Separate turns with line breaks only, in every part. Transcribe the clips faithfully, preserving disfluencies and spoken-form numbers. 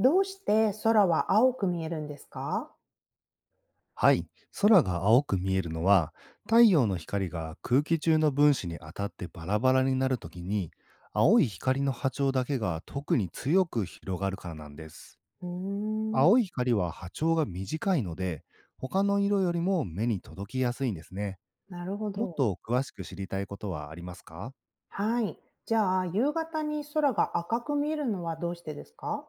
どうして空は青く見えるんですか？
はい。空が青く見えるのは、太陽の光が空気中の分子に当たってバラバラになるときに、青い光の波長だけが特に強く広がるからなんです。
うーん、
青い光は波長が短いので、他の色よりも目に届きやすいんですね。
なるほ
もっ
ど。
と詳しく知りたいことはありますか？
はい。じゃあ、夕方に空が赤く見えるのはどうしてですか？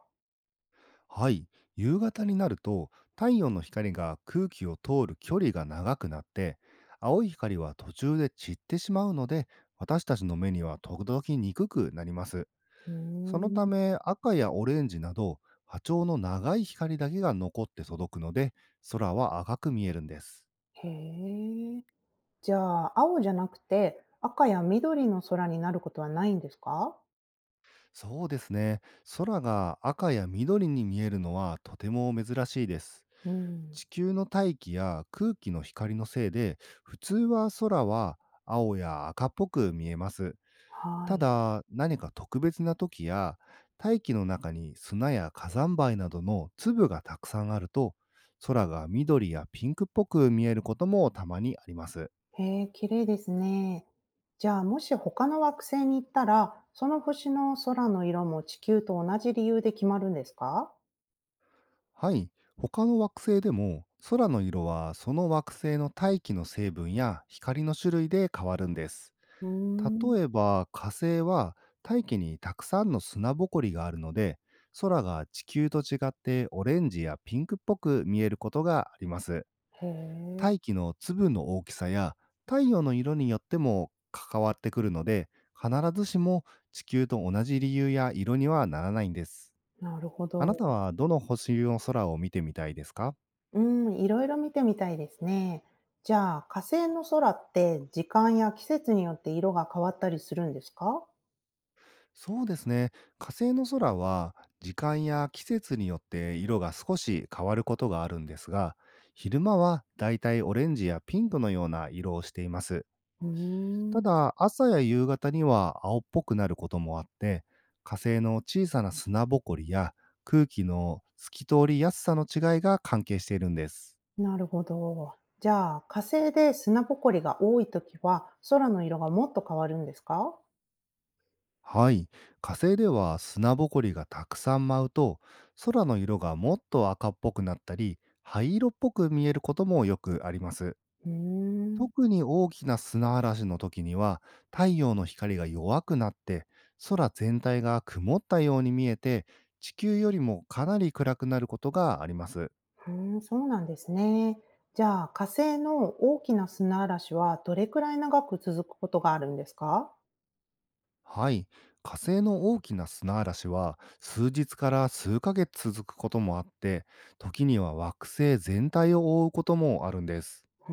はい、夕方になると太陽の光が空気を通る距離が長くなって、青い光は途中で散ってしまうので、私たちの目には届きにくくなります。
うー
そのた
ん、
め赤やオレンジなど波長の長い光だけが残って届くので、空は赤く見えるんです。
へえ。じゃあ、青じゃなくて赤や緑の空になることはないんですか？
そうですね、空が赤や緑に見えるのはとても珍しいです。
うん、
地球の大気や空気の光のせいで、普通は空は青や赤っぽく見えます。
は
た
い。
だ、何か特別な時や、大気の中に砂や火山灰などの粒がたくさんあると、空が緑やピンクっぽく見えることもたまにあります。
へえ、綺麗ですね。じゃあ、もし他の惑星に行ったら、その星の空の色も地球と同じ理由で決まるんですか？
はい、他の惑星でも空の色はその惑星の大気の成分や光の種類で変わるんです。
うーん、
例えば火星は大気にたくさんの砂ぼこりがあるので、空が地球と違ってオレンジやピンクっぽく見えることがあります。
へえ。
大気の粒の大きさや太陽の色によっても関わってくるので、必ずしも地球と同じ理由や色にはならないんです。
なるほ
あ
ど。
なたはどの星の空を見てみたいですか？
うん、いろいろ見てみたいですね。じゃあ、火星の空って時間や季節によって色が変わったりするんですか？
そうですね。火星の空は時間や季節によって色が少し変わることがあるんですが、昼間はだいたいオレンジやピンクのような色をしています。
うー
た
ん、
だ、朝や夕方には青っぽくなることもあって、火星の小さな砂ぼこりや空気の透き通りやすさの違いが関係しているんです。
なるほど。じゃあ、火星で砂ぼこりが多いときは、空の色がもっと変わるんですか？
はい。火星では砂ぼこりがたくさん舞うと、空の色がもっと赤っぽくなったり、灰色っぽく見えることもよくあります。
うーん、う
特に大きな砂嵐の時には、太陽の光が弱くなって、空全体が曇ったように見えて、地球よりもかなり暗くなることがあります。
ーん、そうなんですね。じゃあ、火星の大きな砂嵐はどれくらい長く続くことがあるんですか？
はい。火星の大きな砂嵐は、数日から数ヶ月続くこともあって、時には惑星全体を覆うこともあるんです。
うー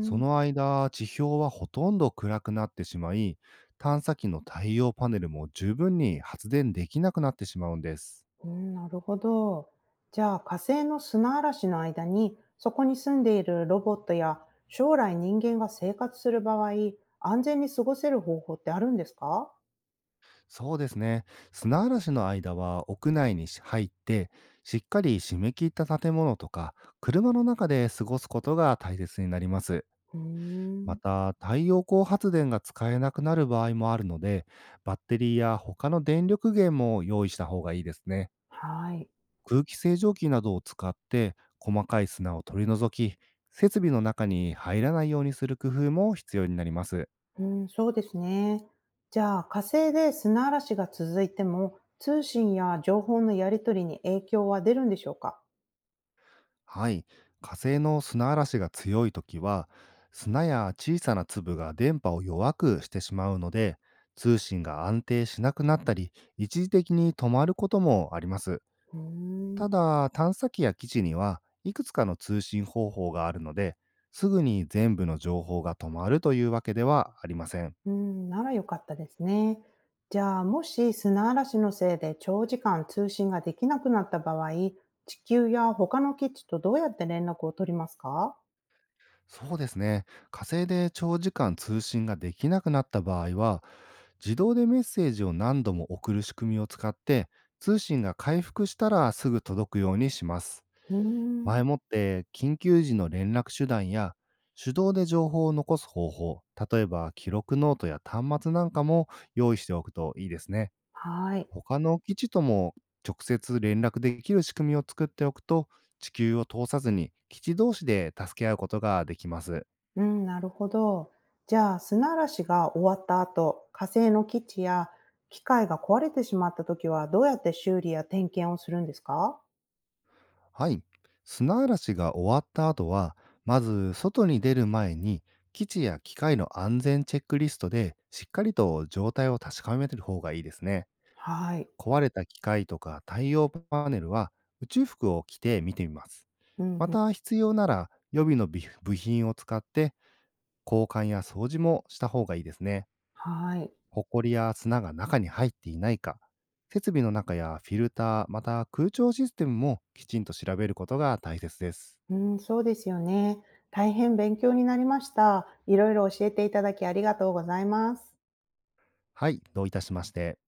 その間、地表はほとんど暗くなってしまい、探査機の太陽パネルも十分に発電できなくなってしまうんです。
うん、なるほど。じゃあ、火星の砂嵐の間にそこに住んでいるロボットや将来人間が生活する場合、安全に過ごせる方法ってあるんですか？
そうですね。砂嵐の間は屋内に入って、しっかり締め切った建物とか、車の中で過ごすことが大切になります。
うー
ま
ん、
た、太陽光発電が使えなくなる場合もあるので、バッテリーや他の電力源も用意した方がいいですね。
はい。
空気清浄機などを使って細かい砂を取り除き、設備の中に入らないようにする工夫も必要になります。
うん、そうですね。じゃあ、火星で砂嵐が続いても通信や情報のやり取りに影響は出るんでしょうか？
はい。火星の砂嵐が強いときは、砂や小さな粒が電波を弱くしてしまうので、通信が安定しなくなったり、一時的に止まることもあります。
うーん、
ただ、探査機や基地にはいくつかの通信方法があるので、すぐに全部の情報が止まるというわけではありません。
うん、なら良かったですね。じゃあ、もし砂嵐のせいで長時間通信ができなくなった場合、地球や他の基地とどうやって連絡を取りますか？
そうですね。火星で長時間通信ができなくなった場合は、自動でメッセージを何度も送る仕組みを使って、通信が回復したらすぐ届くようにします。
うーん、
前もって緊急時の連絡手段や、手動で情報を残す方法、例えば記録ノートや端末なんかも用意しておくといいですね。
はい。
他の基地とも直接連絡できる仕組みを作っておくと、地球を通さずに基地同士で助け合うことができます。
うん、なるほど。じゃあ、砂嵐が終わった後、火星の基地や機械が壊れてしまった時は、どうやって修理や点検をするんですか？
はい。砂嵐が終わった後は、まず外に出る前に、基地や機械の安全チェックリストで、しっかりと状態を確かめてる方がいいですね。
はい。
壊れた機械とか太陽パネルは、宇宙服を着て見てみます。
うん
ま
うん、
た必要なら、予備の備部品を使って、交換や掃除もした方がいいですね。
はい。
ホコリや砂が中に入っていないか、設備の中やフィルター、また空調システムもきちんと調べることが大切です。
うん、そうですよね。大変勉強になりました。いろいろ教えていただきありがとうございます。
はい、どういたしまして。